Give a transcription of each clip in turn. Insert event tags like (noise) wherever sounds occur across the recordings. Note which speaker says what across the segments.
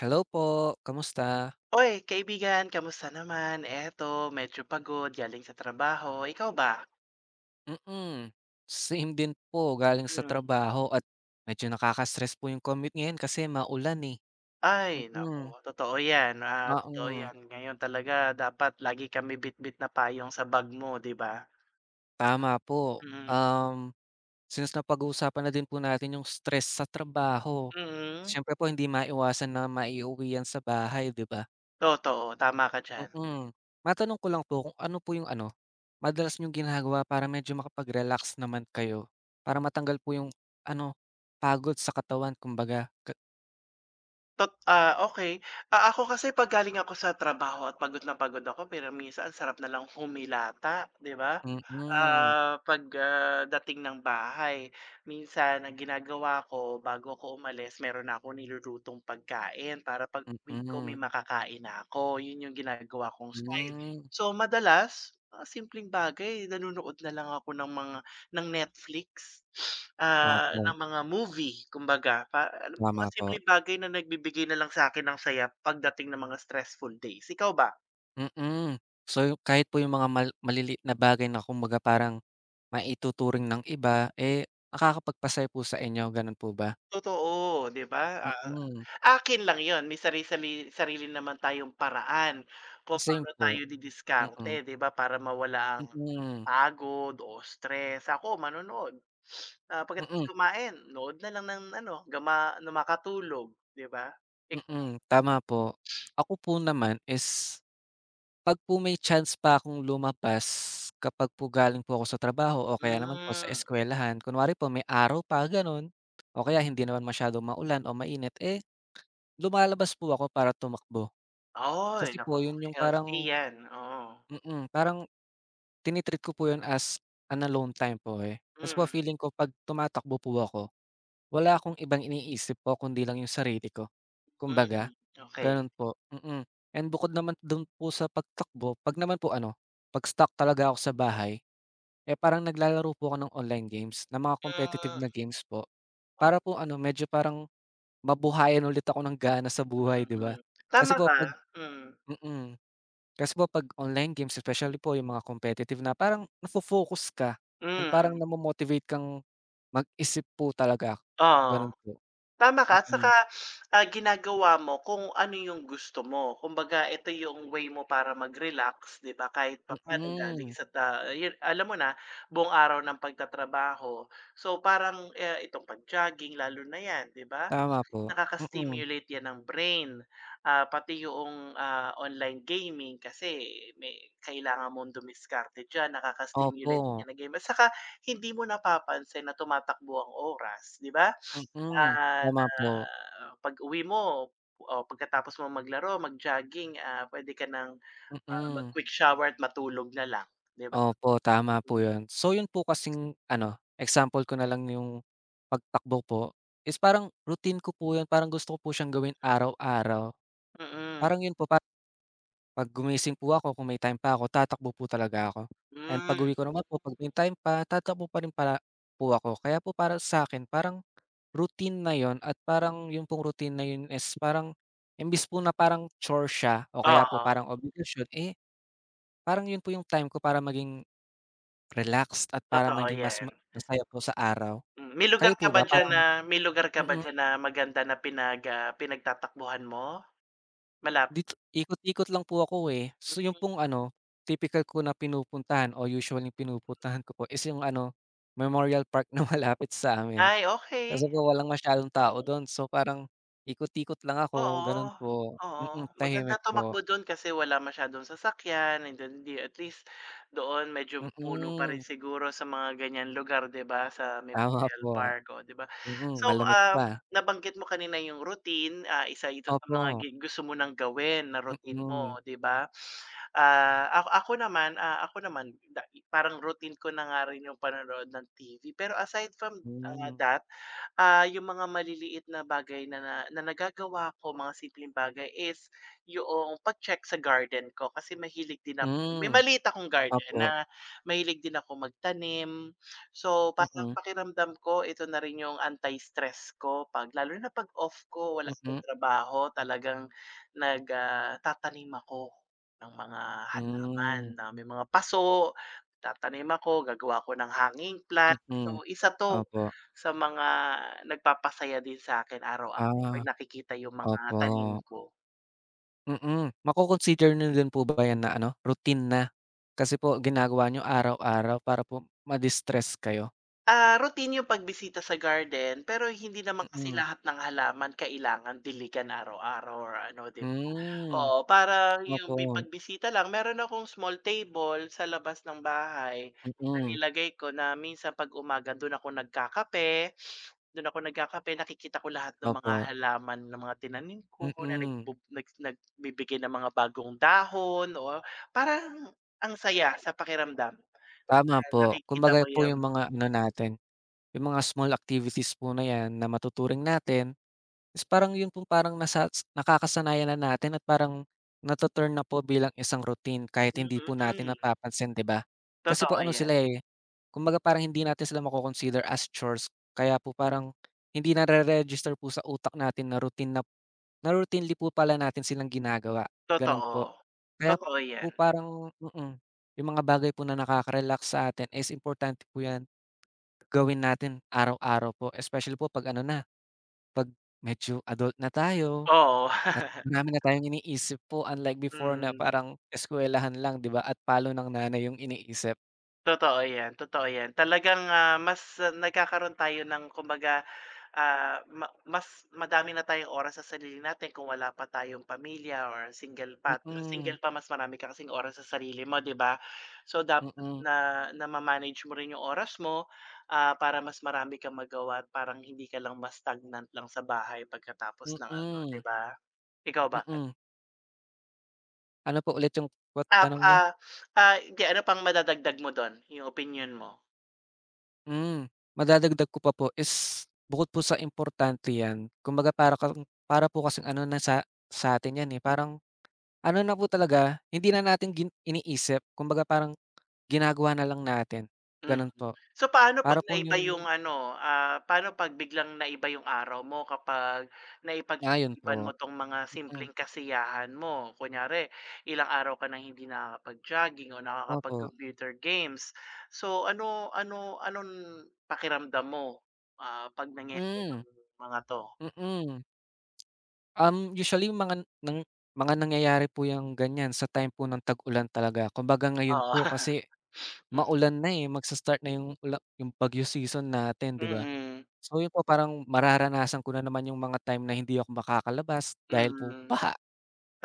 Speaker 1: Hello po, kamusta?
Speaker 2: Hoy, kaibigan, kamusta naman? Eto, medyo pagod galing sa trabaho. Ikaw ba?
Speaker 1: Mm, Same din po galing sa
Speaker 2: Hmm.
Speaker 1: trabaho at medyo nakaka-stress po yung commute ngayon kasi maulan, eh.
Speaker 2: Ay, naku,
Speaker 1: Mm,
Speaker 2: totoo 'yan, totoo
Speaker 1: oo,
Speaker 2: 'yan. Ngayon talaga dapat lagi kami bitbit na payong sa bag mo, 'di ba?
Speaker 1: tama po.
Speaker 2: Mm,
Speaker 1: Since napag-uusapan na din po natin yung stress sa trabaho,
Speaker 2: mm.
Speaker 1: siyempre po hindi maiwasan na maiuwi yan sa bahay, 'di ba?
Speaker 2: Totoo, tama ka diyan.
Speaker 1: Mm. Matanong ko lang po kung ano po yung ano, madalas niyong ginagawa para medyo makapag-relax naman kayo? Para matanggal po yung ano, pagod sa katawan kumbaga ka.
Speaker 2: Okey. Ako kasi 'pag galing ako sa trabaho at pagod na pagod ako, pero minsan sarap na lang humilata, 'di ba?
Speaker 1: Mm,
Speaker 2: 'Pag, dating ng bahay, minsan ang ginagawa ko bago ko umalis meron na ako nilulutong pagkain para pag-uwi ko may
Speaker 1: mm,
Speaker 2: makakain na ako, yun yung ginagawa kong style.
Speaker 1: hmm.
Speaker 2: So, madalas mga simpleng bagay, nanonood na lang ako ng Netflix,
Speaker 1: Opo,
Speaker 2: ng mga movie kumbaga pa alam mga
Speaker 1: tama po,
Speaker 2: simpleng bagay na nagbibigay na lang sa'kin ng saya pagdating ng mga stressful days, ikaw ba?
Speaker 1: mm. So, kahit po yung mga maliliit na bagay na kumbaga parang maituturing ng iba, eh, nakakapagpasaya po sa inyo, gano'n po ba?
Speaker 2: Totoo, 'di ba?
Speaker 1: Mm,
Speaker 2: Akin lang 'yun may sarili naman tayong paraan kung
Speaker 1: same
Speaker 2: paano
Speaker 1: po,
Speaker 2: tayo didiskarte
Speaker 1: mm,
Speaker 2: 'di ba para mawala
Speaker 1: mm,
Speaker 2: ang
Speaker 1: mm,
Speaker 2: pagod o stress. Ako manonood, pagkatapos
Speaker 1: mm,
Speaker 2: kumain nood na lang ng ano, gama na makatulog 'di ba? Ikaw ba?
Speaker 1: mm, tama po. Ako po naman is 'pag po may chance pa akong lumapas, kapag po galing po ako sa trabaho o kaya naman po sa
Speaker 2: Hmm.
Speaker 1: eskuwelahan, kunwari po may araw pa gano'n, o kaya hindi naman masyadong maulan o mainit, eh, lumalabas po ako para tumakbo.
Speaker 2: Ay
Speaker 1: Kasi
Speaker 2: naku,
Speaker 1: po 'yun yung
Speaker 2: healthy
Speaker 1: parang
Speaker 2: 'yan, oo.
Speaker 1: parang tini-treat ko po 'yun as an alone time po, eh. Kasi po
Speaker 2: Mm,
Speaker 1: feeling ko 'pag tumatakbo po ako, wala akong ibang iniisip po kundi lang yung sarili ko, kumbaga.
Speaker 2: mm, okey.
Speaker 1: Gano'n po, mm. And bukod naman do'n po sa pagtakbo, 'pag naman po ano, 'pag stuck talaga ako sa bahay, eh, parang naglalaro po ako ng online games, ng mga competitive
Speaker 2: Hmm,
Speaker 1: na games po.
Speaker 2: o
Speaker 1: Para po ano, medyo parang mabuhayan ulit ako ng gana sa buhay, 'di ba?
Speaker 2: mm.
Speaker 1: Kasi
Speaker 2: Tama
Speaker 1: po
Speaker 2: ka,
Speaker 1: 'pag
Speaker 2: hmm
Speaker 1: mm. Kasi po 'pag online games, especially po yung mga competitive na, parang nafo-focus ka and parang
Speaker 2: mm,
Speaker 1: namo-motivate kang mag-isip po talaga,
Speaker 2: oo.
Speaker 1: gano'n po.
Speaker 2: Tama ka at saka,
Speaker 1: Mm,
Speaker 2: ginagawa mo kung ano yung gusto mo. Kumbaga ito yung way mo para mag-relax, 'di ba, kahit papaano galing
Speaker 1: mm.
Speaker 2: sa yun alam mo na, buong araw ng pagtatrabaho. So, parang, itong pag-jogging lalo na 'yan, 'di ba?
Speaker 1: Tama po, mm.
Speaker 2: Nakaka-stimulate 'yan ng brain, pati yung online gaming kasi may kailangan mong dumiskarte diyan,
Speaker 1: Opo.
Speaker 2: nakaka-stimulate din 'yan ng game at saka hindi mo napapansin na tumatakbo ang oras, 'di ba?
Speaker 1: Mm,
Speaker 2: Ah,
Speaker 1: tama
Speaker 2: na
Speaker 1: po.
Speaker 2: Pag-uwi mo o pagkatapos mo maglaro, mag-jogging, puwede ka ng,
Speaker 1: Mm,
Speaker 2: mag-quick shower at matulog na lang, 'di ba?
Speaker 1: opo tama po
Speaker 2: Mm,
Speaker 1: 'yun. So 'yun po kasing ano, example ko na lang yung pagtakbo po is parang routine ko po 'yun, parang gusto ko po siyang gawin araw-araw.
Speaker 2: mm-mm.
Speaker 1: Parang 'yun po, parang 'pag gumising po ako kung may time pa ako, tatakbo po talaga ako and
Speaker 2: Mm.
Speaker 1: pag-uwi ko naman po 'pag may time pa, tatakbo pa rin pala po ako. Kaya po para sa'kin parang routine na 'yun at parang 'yun pong routine na 'yun is parang imbes po na parang chore siya o
Speaker 2: Hmm,
Speaker 1: kaya po parang
Speaker 2: oo,
Speaker 1: obligasyon, eh. Parang yun po yung time ko para maging relaxed at para
Speaker 2: totoo
Speaker 1: maging mas
Speaker 2: 'yan.
Speaker 1: masaya po sa araw.
Speaker 2: Hmm,
Speaker 1: Kayo po ba parang
Speaker 2: may lugar ka ba
Speaker 1: mm,
Speaker 2: diyan na maganda na pinagtatakbuhan mo? Malap
Speaker 1: dito ikot-ikot lang po ako, eh. So yun pong ano, tipikal ko na pinupuntahan o usually pinupuntahan ko po is yung ano, Memorial Park na (laughs) malapit sa amin.
Speaker 2: ay, okay.
Speaker 1: Kasi po walang masyadong tao
Speaker 2: Oo.
Speaker 1: dun. So parang ikot-ikot lang ako, ganun
Speaker 2: Oo,
Speaker 1: po.
Speaker 2: oo. Maganda
Speaker 1: Tahimik po.
Speaker 2: tumakbo dun kasi wala masyadong sasakyan and then di at least doon medyo puno pa rin
Speaker 1: Mm,
Speaker 2: siguro sa mga ganyan lugar 'di ba, sa
Speaker 1: tama
Speaker 2: Memorial
Speaker 1: po.
Speaker 2: Park, o 'di ba? So,
Speaker 1: Malamig pa.
Speaker 2: nabanggit mo kanina yung routine, isa ito sa
Speaker 1: Opo,
Speaker 2: mga gusto mo ng gawin na routine mo,
Speaker 1: mm.
Speaker 2: 'di ba? Ah, ako ako naman, ah, ako naman da parang routine ko na nga rin yung panonood ng TV pero aside from,
Speaker 1: Mm.
Speaker 2: that yung mga maliliit na bagay na na na nagagawa ko, mga simpleng bagay is yung pag-check sa garden ko kasi mahilig din
Speaker 1: Hmm,
Speaker 2: ako may
Speaker 1: hmm,
Speaker 2: maliit akong garden
Speaker 1: opo.
Speaker 2: na mahilig din ako magtanim. So, parang
Speaker 1: Mm,
Speaker 2: pakiramdam ko ito na rin yung anti-stress ko 'pag lalo na 'pag off ko, wala akong
Speaker 1: mm,
Speaker 2: trabaho, talagang nagtatanim ako ng mga halaman
Speaker 1: hmm,
Speaker 2: na may mga paso, tatanim ako, gagawa ko ng hanging plant.
Speaker 1: mm.
Speaker 2: So, isa 'to
Speaker 1: Opo,
Speaker 2: sa mga nagpapasaya din sa'kin araw-araw
Speaker 1: ah,
Speaker 2: 'pag nakikita yung mga
Speaker 1: opo,
Speaker 2: tanim ko.
Speaker 1: mm. Mako-consider niyo din po ba 'yan na ano, routine na? Kasi po ginagawa niyo araw-araw para po ma-distress kayo?
Speaker 2: Routine yung pagbisita sa garden, pero hindi naman kasi
Speaker 1: Mm,
Speaker 2: lahat ng halaman kailangan diligan araw-araw or ano, 'di ba?
Speaker 1: hmm,
Speaker 2: Oo, parang yung
Speaker 1: opo,
Speaker 2: pagbisita lang. Meron akong small table sa labas ng bahay na
Speaker 1: mm,
Speaker 2: nilagay ko na minsan 'pag umaga do'n ako nagkakape. Nakikita ko lahat ng mga
Speaker 1: opo,
Speaker 2: halaman ng mga tinanim ko na
Speaker 1: mm.
Speaker 2: nagbu nag nagbibigay ng mga bagong dahon o parang ang saya sa pakiramdam,
Speaker 1: Tama po,
Speaker 2: nakikita
Speaker 1: kumbaga
Speaker 2: mo
Speaker 1: po
Speaker 2: yung
Speaker 1: yung mga ano natin, yung mga small activities po na 'yan na matuturing natin is parang yun pong parang nasa nakakasanayan na natin at parang nato-turn na po bilang isang routine kahit hindi po natin
Speaker 2: mm,
Speaker 1: napapansin, 'di ba? Kasi po
Speaker 2: totoo
Speaker 1: ano
Speaker 2: yan,
Speaker 1: sila, eh, kumbaga parang hindi natin sila mako-consider as chores kaya po parang hindi nare-register po sa utak natin na routine na na routinely po pala natin silang ginagawa, ganun
Speaker 2: totoo.
Speaker 1: po. Kaya
Speaker 2: Totoo
Speaker 1: po
Speaker 2: yan,
Speaker 1: parang yung mga bagay po na nakaka-relax sa atin is importante po 'yan gawin natin araw-araw po, especially po 'pag ano na, 'pag medyo adult na tayo.
Speaker 2: oo.
Speaker 1: At
Speaker 2: (laughs)
Speaker 1: marami na tayong iniisip po unlike before na
Speaker 2: Mm,
Speaker 1: parang eskuwelahan lang 'di ba at palo ng nanay yung iniisip.
Speaker 2: totoo yan, totoo yan. Talagang, mas nagkakaroon tayo ng kumbaga, ah, ma mas madami na tayong oras sa sarili natin kung wala pa tayong pamilya or single pa at single
Speaker 1: Mm,
Speaker 2: pa mas marami ka kasing oras sa sarili mo, 'di ba? So, dapat
Speaker 1: mm,
Speaker 2: na na ma-manage mo rin yung oras mo, para mas marami kang magawa at parang hindi ka lang mas stagnant lang sa bahay pagkatapos ng ano, 'di
Speaker 1: mm,
Speaker 2: ba? Ikaw ba?
Speaker 1: mm. Ano po ulit yung
Speaker 2: Ap
Speaker 1: tanong niyo?
Speaker 2: ah, Hindi ano pang madadagdag mo don? Yung opinyon mo?
Speaker 1: Hmm, madadagdag ko pa po is bukod po sa importante 'yan kumbaga para kang para po kasing ano na sa'tin 'yan, eh, parang ano na po talaga hindi na natin iniisip kumbaga parang ginagawa na lang natin,
Speaker 2: Mm.
Speaker 1: gano'n po.
Speaker 2: So,
Speaker 1: Para po yung
Speaker 2: paano 'pag biglang naiba yung araw mo kapag
Speaker 1: ah, 'yun
Speaker 2: naipagpaliban
Speaker 1: po,
Speaker 2: mo 'tong mga
Speaker 1: mm,
Speaker 2: simpleng kasiyahan mo? Kunyari, ilang araw ka nang hindi nakakapag-jogging o
Speaker 1: opo.
Speaker 2: nakakapag-computer games. So, ano ano anong pakiramdam mo, 'pag nangyari
Speaker 1: Hmm,
Speaker 2: itong mga 'to?
Speaker 1: mm. Usually nang mga nangyayari po yung ganyan sa time po ng tag-ulan talaga. Kumbaga ngayon
Speaker 2: Oo.
Speaker 1: po kasi
Speaker 2: (laughs)
Speaker 1: maulan na, eh, magsa-start na yung ula yung bagyo season natin, 'di ba?
Speaker 2: Mm,
Speaker 1: So yun po parang mararanasan ko na naman yung mga time na hindi ako makakalabas
Speaker 2: mm,
Speaker 1: dahil po
Speaker 2: mm,
Speaker 1: baha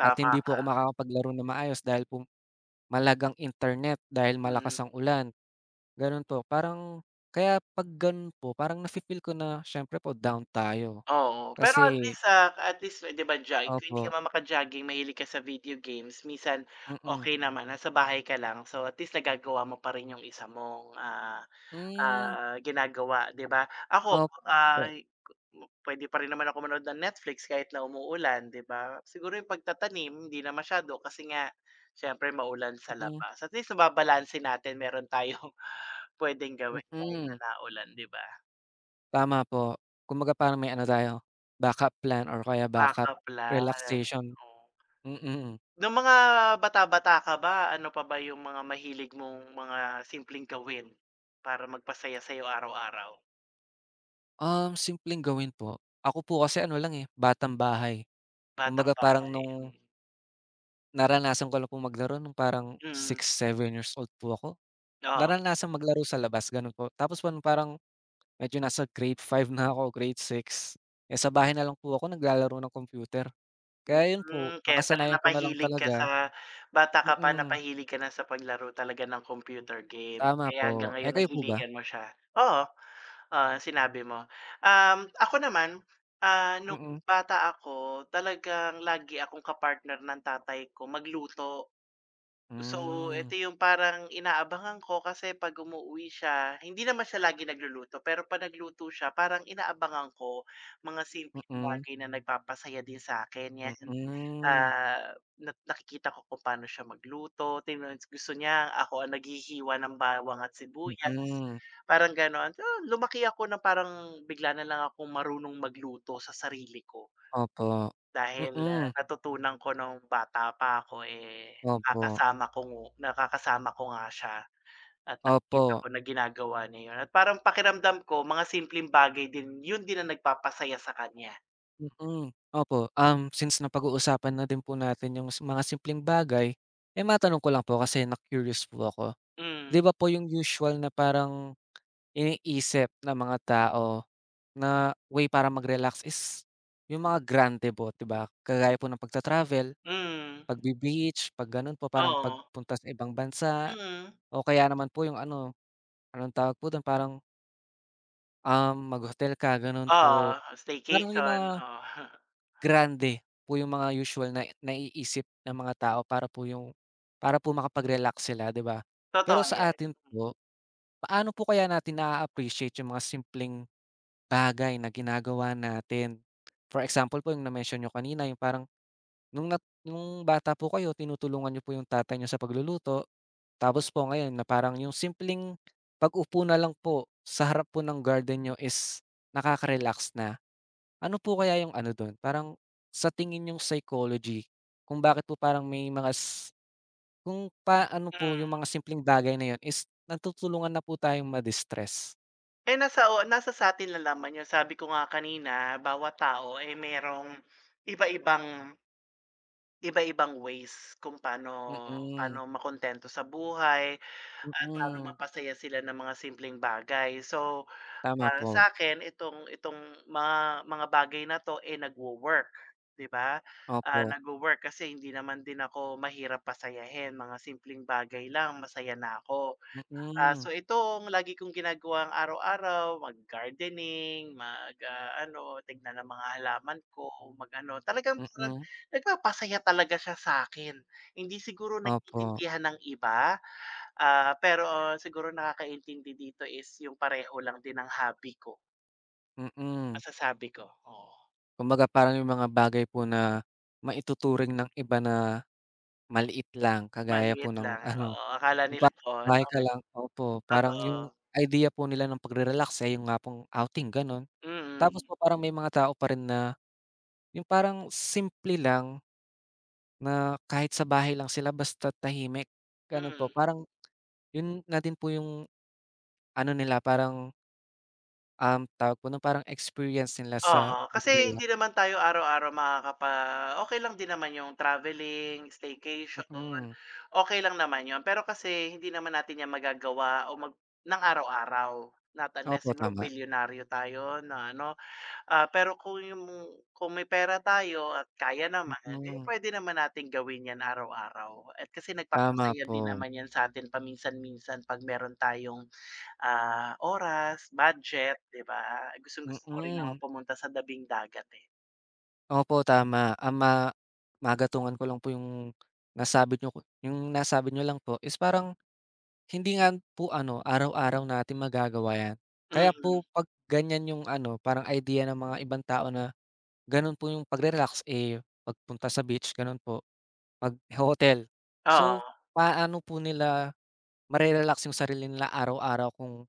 Speaker 1: at hindi po
Speaker 2: ka.
Speaker 1: ako makakapaglaro na maayos dahil po malagang internet dahil
Speaker 2: Mm,
Speaker 1: malakas ang ulan, gano'n po. Parang kaya 'pag gano'n po parang nafi-feel ko na siyempre po down tayo
Speaker 2: oo. Pero at
Speaker 1: kasi
Speaker 2: least, at least eh, 'di ba kung hindi
Speaker 1: opo,
Speaker 2: ka man maka-jogging mahilig ka sa video games minsan
Speaker 1: mm.
Speaker 2: okey naman nasa bahay ka lang so at least nagagawa mo pa rin yung isa mong,
Speaker 1: Hmm.
Speaker 2: ginagawa 'di ba? Ako,
Speaker 1: Opo,
Speaker 2: ah, puwede pa rin naman ako manood ng Netflix kahit na umuulan 'di ba? Siguro yung pagtatanim hindi na masyado kasi nga siyempre maulan sa
Speaker 1: mm,
Speaker 2: labas. At least nababalanse natin meron tayong (laughs) puwedeng gawin kahit na
Speaker 1: mm.
Speaker 2: naulan 'di ba?
Speaker 1: Tama po. Kumbaga parang may ano tayo, backup plan or kaya backup
Speaker 2: Backup plan,
Speaker 1: relaxation,
Speaker 2: oo.
Speaker 1: mm.
Speaker 2: Nung mga bata-bata ka ba, ano pa ba yung mga mahilig mong mga simpleng gawin para magpasaya sa'yo araw-araw?
Speaker 1: Simpleng gawin po, ako po kasi ano lang, eh, batang bahay.
Speaker 2: Batang
Speaker 1: Kumbaga parang
Speaker 2: bahay,
Speaker 1: nung
Speaker 2: hmm,
Speaker 1: naranasan ko lang po maglaro nung parang
Speaker 2: mm,
Speaker 1: six seven years old po ako.
Speaker 2: oo.
Speaker 1: Naranasan maglaro sa labas, gano'n po. Tapos po nung parang medyo nasa grade 5 na ako, grade 6 eh, sa bahay na lang po ako naglalaro ng computer. Kaya 'yun po,
Speaker 2: Mm, kaya pala
Speaker 1: nakasanayan ko na lang
Speaker 2: napahilig ka
Speaker 1: talaga,
Speaker 2: sa bata ka pa
Speaker 1: mm.
Speaker 2: napahilig ka na sa paglaro talaga ng computer game,
Speaker 1: Tama
Speaker 2: kaya
Speaker 1: po.
Speaker 2: hanggang
Speaker 1: Eh,
Speaker 2: ngayon
Speaker 1: kayo po ba?
Speaker 2: nahihiligan mo siya. Oo, sinabi mo. Ako naman, nung
Speaker 1: Mm,
Speaker 2: bata ako talagang lagi akong kapartner ng tatay ko magluto. So,
Speaker 1: hmm,
Speaker 2: eto yung parang inaabangan ko kasi 'pag umuuwi siya, hindi naman siya lagi nagluluto, pero 'pag nagluto siya parang inaabangan ko mga simpleng
Speaker 1: mm,
Speaker 2: bagay na nagpapasaya din sa akin 'yan.
Speaker 1: mm,
Speaker 2: Na nakikita ko kung paano siya magluto, tingnan gusto niya ako ang naghihiwa ng bawang at sibuyas,
Speaker 1: mm.
Speaker 2: parang gano'n. So, lumaki ako na parang bigla na lang akong marunong magluto sa sarili ko.
Speaker 1: Opo.
Speaker 2: Dahil,
Speaker 1: Mm.
Speaker 2: natutunan ko nung bata pa ako, eh,
Speaker 1: Opo,
Speaker 2: nakakasama ko nga siya at
Speaker 1: opo.
Speaker 2: nakikita ko na ginagawa niya yun at parang pakiramdam ko mga simpleng bagay din yun din ang nagpapasaya sa kanya.
Speaker 1: Mm, opo. Since napag-uusapan na din po natin yung mga simpleng bagay, eh, matanong ko lang po kasi na-curious po ako. 'Di
Speaker 2: Hmm,
Speaker 1: ba po yung usual na parang iniisip ng mga tao na way para mag-relax is yung mga grande po, 'di ba? Kagaya po ng pagta-travel.
Speaker 2: mm,
Speaker 1: Pagbe-beach, 'pag gano'n po parang
Speaker 2: oo,
Speaker 1: pagpunta sa ibang bansa
Speaker 2: mm,
Speaker 1: o kaya naman po yung ano, anong tawag po dun, parang, mag-hotel ka gano'n
Speaker 2: oo,
Speaker 1: po. Parang yung
Speaker 2: staycation,
Speaker 1: mga
Speaker 2: oo, (laughs)
Speaker 1: grande po yung mga usual na naiisip ng mga tao para po makapag-relax sila, 'di ba? Pero
Speaker 2: totoo
Speaker 1: sa
Speaker 2: yan,
Speaker 1: atin po, paano po kaya natin naa-appreciate yung mga simpleng bagay na ginagawa natin? For example po yung na-mention niyo kanina, yung parang nung nung bata po kayo tinutulungan niyo po yung tatay niyo sa pagluluto. Tapos po ngayon na parang yung simpleng pag-upo na lang po sa harap po ng garden niyo is nakaka-relax na. Ano po kaya yung ano dun, parang sa tingin yung psychology kung bakit po parang may mga kung pa ano po
Speaker 2: mm.
Speaker 1: yung mga simpleng bagay na yun is natutulungan na po tayong ma-distress?
Speaker 2: Eh, nasa sa'tin lang naman yun sabi ko nga kanina bawat tao, eh, merong iba-ibang Iba-ibang ways kung paano
Speaker 1: Mm,
Speaker 2: paano makontento sa buhay at paano
Speaker 1: mm.
Speaker 2: mapasaya sila ng mga simpleng bagay. So,
Speaker 1: Tama
Speaker 2: para
Speaker 1: po,
Speaker 2: sa akin itong itong mga bagay na 'to, eh, nagwo-work, 'di ba?
Speaker 1: opo.
Speaker 2: Nagwo-work kasi hindi naman din ako mahirap pasayahin, mga simpleng bagay lang masaya na ako. So
Speaker 1: Mm,
Speaker 2: ito ang lagi kong ginagawang araw-araw, mag-gardening, ano, tignan ng mga halaman ko, mag-ano, talagang parang
Speaker 1: mm.
Speaker 2: nagpapasaya talaga siya sa akin. Hindi siguro
Speaker 1: Opo,
Speaker 2: naiintindihan ng iba, pero siguro nakakaintindi dito is yung pareho lang din ng hobby ko,
Speaker 1: mm.
Speaker 2: masasabi ko, oo.
Speaker 1: Kumbaga parang yung mga bagay po na maituturing ng iba na maliit lang kagaya po
Speaker 2: Maliit lang,
Speaker 1: ng (laughs) ano,
Speaker 2: oo, akala
Speaker 1: yung
Speaker 2: nila
Speaker 1: parang
Speaker 2: oo,
Speaker 1: bahay ka lang opo, parang yung
Speaker 2: totoo,
Speaker 1: idea po nila ng pagre-relax eh, yung nga pong outing gano'n. Tapos
Speaker 2: mm,
Speaker 1: po parang may mga tao pa rin na yung parang simple lang na kahit sa bahay lang sila basta tahimik, gano'n po.
Speaker 2: mm.
Speaker 1: Parang yun na din po yung ano nila parang, tawag po nun parang experience nila sa
Speaker 2: Oo, kasi
Speaker 1: pagre-relax,
Speaker 2: hindi naman tayo araw-araw okay lang din naman yung traveling, staycation,
Speaker 1: mm.
Speaker 2: okay lang naman yun. Pero kasi hindi naman natin yan magagawa o ng araw-araw, not unless
Speaker 1: Opo,
Speaker 2: siguro
Speaker 1: tama,
Speaker 2: bilyonaryo tayo na ano. Pero kung may pera tayo at kaya naman, eh,
Speaker 1: mm.
Speaker 2: pwede naman natin gawin yan araw-araw at kasi
Speaker 1: Tama
Speaker 2: nagpapasaya
Speaker 1: po,
Speaker 2: din naman yan sa atin paminsan-minsan 'pag meron tayong oras, budget, 'di ba? Gustong-gusto ko rin naman
Speaker 1: mm.
Speaker 2: pumunta sa tabing dagat, eh.
Speaker 1: Opo, tama. Ang maagatungan ko lang po yung nasabi niyo lang po is parang hindi nga po ano, araw-araw natin magagawa 'yan. Kaya
Speaker 2: Mm,
Speaker 1: po 'pag ganyan yung ano, parang idea ng mga ibang tao na gano'n po yung pagre-relax, eh, pagpunta sa beach, gano'n po, pagho-hotel.
Speaker 2: oo,
Speaker 1: So, paano po nila yung sarili nila araw-araw kung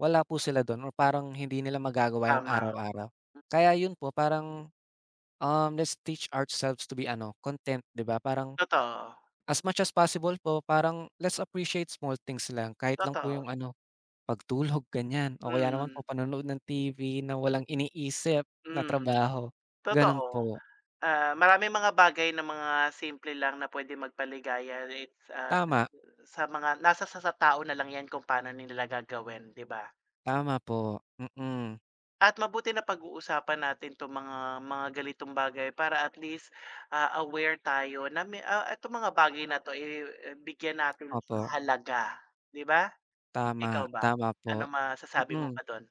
Speaker 1: wala po sila do'n or parang hindi nila magagawa yun
Speaker 2: tama.
Speaker 1: araw-araw. Kaya yun po, parang let's teach ourselves to be ano, content, 'di ba? Parang
Speaker 2: Totoo,
Speaker 1: as much as possible po, parang let's appreciate small things lang. Kahit lang po
Speaker 2: totoo.
Speaker 1: yung ano, pagtulog, ganyan. O kaya naman
Speaker 2: Mm,
Speaker 1: po panonood ng TV na walang iniisip na
Speaker 2: mm,
Speaker 1: trabaho, ganun
Speaker 2: totoo.
Speaker 1: po.
Speaker 2: Maraming mga bagay na mga simple lang na puwede magpaligaya
Speaker 1: Tama,
Speaker 2: sa mga nasa sa tao na lang 'yan kung paano nila gagawin, 'di ba?
Speaker 1: tama po. Mm,
Speaker 2: At mabuti na pag uusapan natin 'tong mga galitong bagay para at least, aware tayo na may itong mga bagay na 'to, eh, bigyan natin ng
Speaker 1: opo.
Speaker 2: halaga, 'di ba? Ikaw
Speaker 1: Tama,
Speaker 2: ba?
Speaker 1: tama
Speaker 2: Ano
Speaker 1: po.
Speaker 2: masasabi mo
Speaker 1: Mm,
Speaker 2: pa do'n?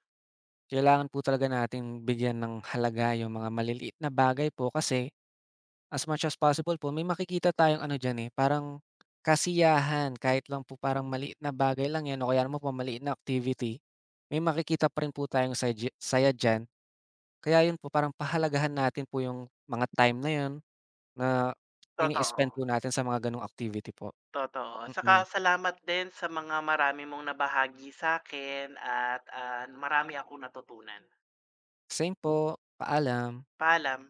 Speaker 1: Kailangan po talaga nating bigyan ng halaga yung mga maliliit na bagay po kasi as much as possible po may makikita tayong ano diyan, eh, parang kasiyahan kahit lang po parang maliit na bagay lang 'yan o kaya naman po maliit na activity, may makikita pa rin po tayong saya diyan. Kaya 'yun po parang pahalagahan natin po yung mga time na 'yun na ini-spend
Speaker 2: Totoo,
Speaker 1: po natin sa mga gano'ng activity po.
Speaker 2: totoo. Saka
Speaker 1: Mm.
Speaker 2: salamat din sa mga marami mong nabahagi sa akin at, marami akong natutunan.
Speaker 1: Same po, paalam.
Speaker 2: Paalam.